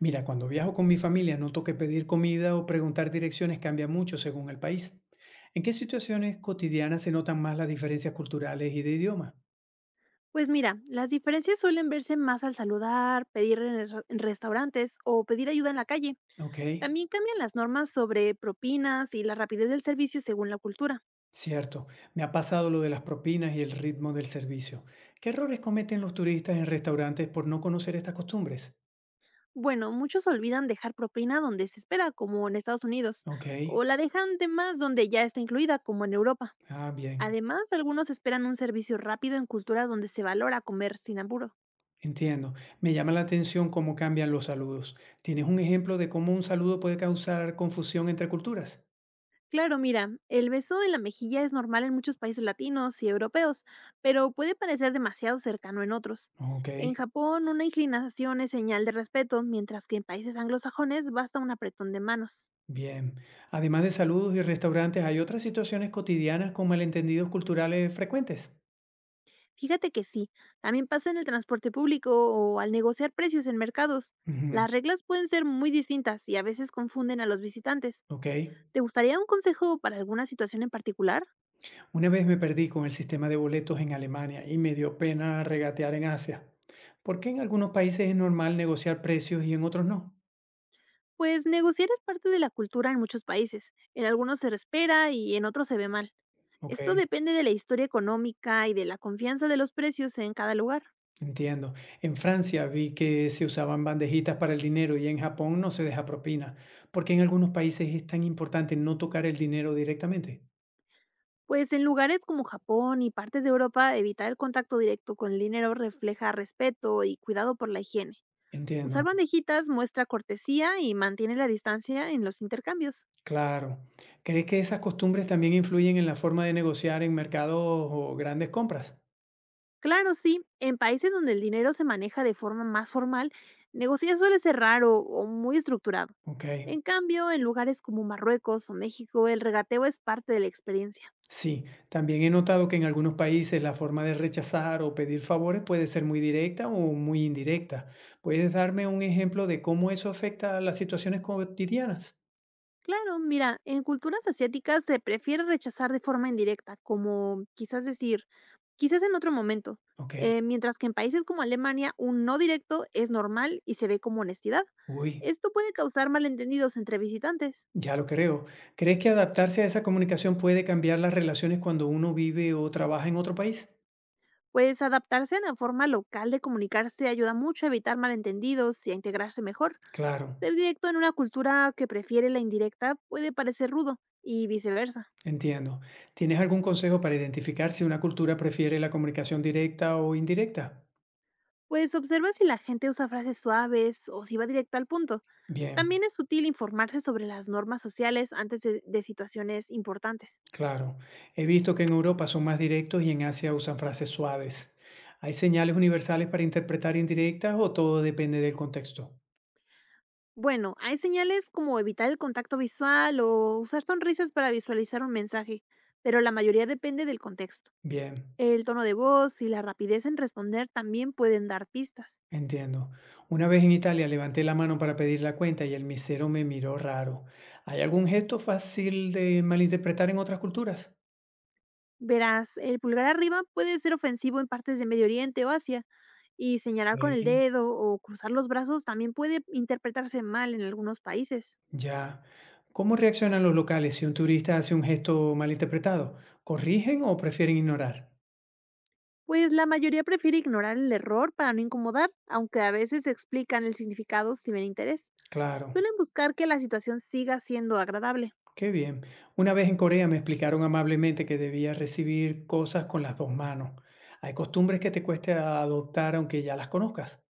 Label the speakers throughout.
Speaker 1: Mira, cuando viajo con mi familia noto que pedir comida o preguntar direcciones cambia mucho según el país. ¿En qué situaciones cotidianas se notan más las diferencias culturales y de idioma?
Speaker 2: Pues mira, las diferencias suelen verse más al saludar, pedir en restaurantes o pedir ayuda en la calle.
Speaker 1: Ok,
Speaker 2: También cambian las normas sobre propinas y la rapidez del servicio según la cultura.
Speaker 1: cierto. Me ha pasado lo de las propinas y el ritmo del servicio. ¿Qué errores cometen los turistas en restaurantes por no conocer estas costumbres?
Speaker 2: Bueno, muchos olvidan dejar propina donde se espera, como en Estados Unidos,
Speaker 1: Ok,
Speaker 2: o la dejan de más donde ya está incluida, como en Europa.
Speaker 1: ah, bien.
Speaker 2: Además, algunos esperan un servicio rápido en culturas donde se valora comer sin apuros.
Speaker 1: Entiendo. Me llama la atención cómo cambian los saludos. ¿Tienes un ejemplo de cómo un saludo puede causar confusión entre culturas?
Speaker 2: Claro, mira, el beso en la mejilla es normal en muchos países latinos y europeos, pero puede parecer demasiado cercano en otros.
Speaker 1: Ok.
Speaker 2: En Japón, una inclinación es señal de respeto, mientras que en países anglosajones basta un apretón de manos.
Speaker 1: Bien. Además de saludos y restaurantes, ¿hay otras situaciones cotidianas con malentendidos culturales frecuentes?
Speaker 2: Fíjate que sí, también pasa en el transporte público o al negociar precios en mercados.
Speaker 1: Ujú,
Speaker 2: Las reglas pueden ser muy distintas y a veces confunden a los visitantes.
Speaker 1: ok.
Speaker 2: ¿Te gustaría un consejo para alguna situación en particular?
Speaker 1: Una vez me perdí con el sistema de boletos en Alemania y me dio pena regatear en Asia. ¿Por qué en algunos países es normal negociar precios y en otros no?
Speaker 2: Pues negociar es parte de la cultura en muchos países. En algunos se respeta y en otros se ve mal.
Speaker 1: Ok,
Speaker 2: Esto depende de la historia económica y de la confianza de los precios en cada lugar.
Speaker 1: entiendo. En Francia vi que se usaban bandejitas para el dinero y en Japón no se deja propina. ¿Por qué en algunos países es tan importante no tocar el dinero directamente?
Speaker 2: Pues en lugares como Japón y partes de Europa, evitar el contacto directo con el dinero refleja respeto y cuidado por la higiene. Usar
Speaker 1: Entiendo.
Speaker 2: bandejitas muestra cortesía y mantiene la distancia en los intercambios.
Speaker 1: Claro. ¿Crees que esas costumbres también influyen en la forma de negociar en mercados o grandes compras?
Speaker 2: Claro, sí. En países donde el dinero se maneja de forma más formal, negociar suele ser raro o muy estructurado.
Speaker 1: Ok.
Speaker 2: En cambio, en lugares como Marruecos o México, el regateo es parte de la experiencia.
Speaker 1: Sí, también he notado que en algunos países la forma de rechazar o pedir favores puede ser muy directa o muy indirecta. ¿Puedes darme un ejemplo de cómo eso afecta a las situaciones cotidianas?
Speaker 2: Claro, mira, en culturas asiáticas se prefiere rechazar de forma indirecta, como quizás decir, quizás en otro momento,
Speaker 1: Ok.
Speaker 2: mientras que en países como Alemania un no directo es normal y se ve como honestidad.
Speaker 1: Uy,
Speaker 2: Esto puede causar malentendidos entre visitantes.
Speaker 1: ya lo creo. ¿Crees que adaptarse a esa comunicación puede cambiar las relaciones cuando uno vive o trabaja en otro país?
Speaker 2: Pues adaptarse a la forma local de comunicarse ayuda mucho a evitar malentendidos y a integrarse mejor.
Speaker 1: Claro.
Speaker 2: Ser directo en una cultura que prefiere la indirecta puede parecer rudo y viceversa.
Speaker 1: Entiendo. ¿Tienes algún consejo para identificar si una cultura prefiere la comunicación directa o indirecta?
Speaker 2: Pues observa si la gente usa frases suaves o si va directo al punto.
Speaker 1: Bien,
Speaker 2: También es útil informarse sobre las normas sociales antes de situaciones importantes.
Speaker 1: claro. He visto que en Europa son más directos y en Asia usan frases suaves. ¿Hay señales universales para interpretar indirectas o todo depende del contexto?
Speaker 2: Bueno, hay señales como evitar el contacto visual o usar sonrisas para visualizar un mensaje, pero la mayoría depende del contexto.
Speaker 1: Bien,
Speaker 2: El tono de voz y la rapidez en responder también pueden dar pistas.
Speaker 1: entiendo. Una vez en Italia levanté la mano para pedir la cuenta y el misero me miró raro. ¿Hay algún gesto fácil de malinterpretar en otras culturas?
Speaker 2: Verás, el pulgar arriba puede ser ofensivo en partes de Medio Oriente o Asia, y señalar con el
Speaker 1: Ok,
Speaker 2: dedo o cruzar los brazos también puede interpretarse mal en algunos países.
Speaker 1: ya. ¿Cómo reaccionan los locales si un turista hace un gesto malinterpretado? ¿Corrigen o prefieren ignorar?
Speaker 2: Pues la mayoría prefiere ignorar el error para no incomodar, aunque a veces explican el significado si ven interés.
Speaker 1: Claro,
Speaker 2: Suelen buscar que la situación siga siendo agradable.
Speaker 1: qué bien. Una vez en Corea me explicaron amablemente que debía recibir cosas con las dos manos. Hay costumbres que te cueste adoptar aunque ya las conozcas.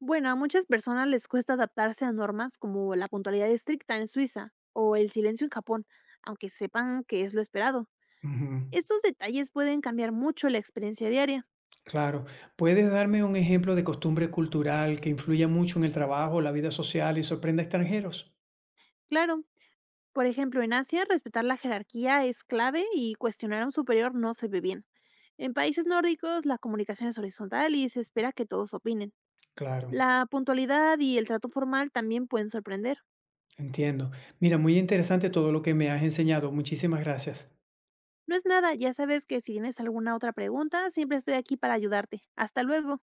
Speaker 2: Bueno, a muchas personas les cuesta adaptarse a normas como la puntualidad estricta en Suiza o el silencio en Japón, aunque sepan que es lo esperado.
Speaker 1: Ujú,
Speaker 2: Estos detalles pueden cambiar mucho la experiencia diaria.
Speaker 1: claro. ¿Puedes darme un ejemplo de costumbre cultural que influya mucho en el trabajo, la vida social y sorprenda a extranjeros?
Speaker 2: Claro, por ejemplo, en Asia respetar la jerarquía es clave y cuestionar a un superior no se ve bien. En países nórdicos la comunicación es horizontal y se espera que todos opinen.
Speaker 1: Claro,
Speaker 2: La puntualidad y el trato formal también pueden sorprender.
Speaker 1: entiendo. Mira, muy interesante todo lo que me has enseñado. Muchísimas gracias.
Speaker 2: No es nada, ya sabes que si tienes alguna otra pregunta, siempre estoy aquí para ayudarte. Hasta luego.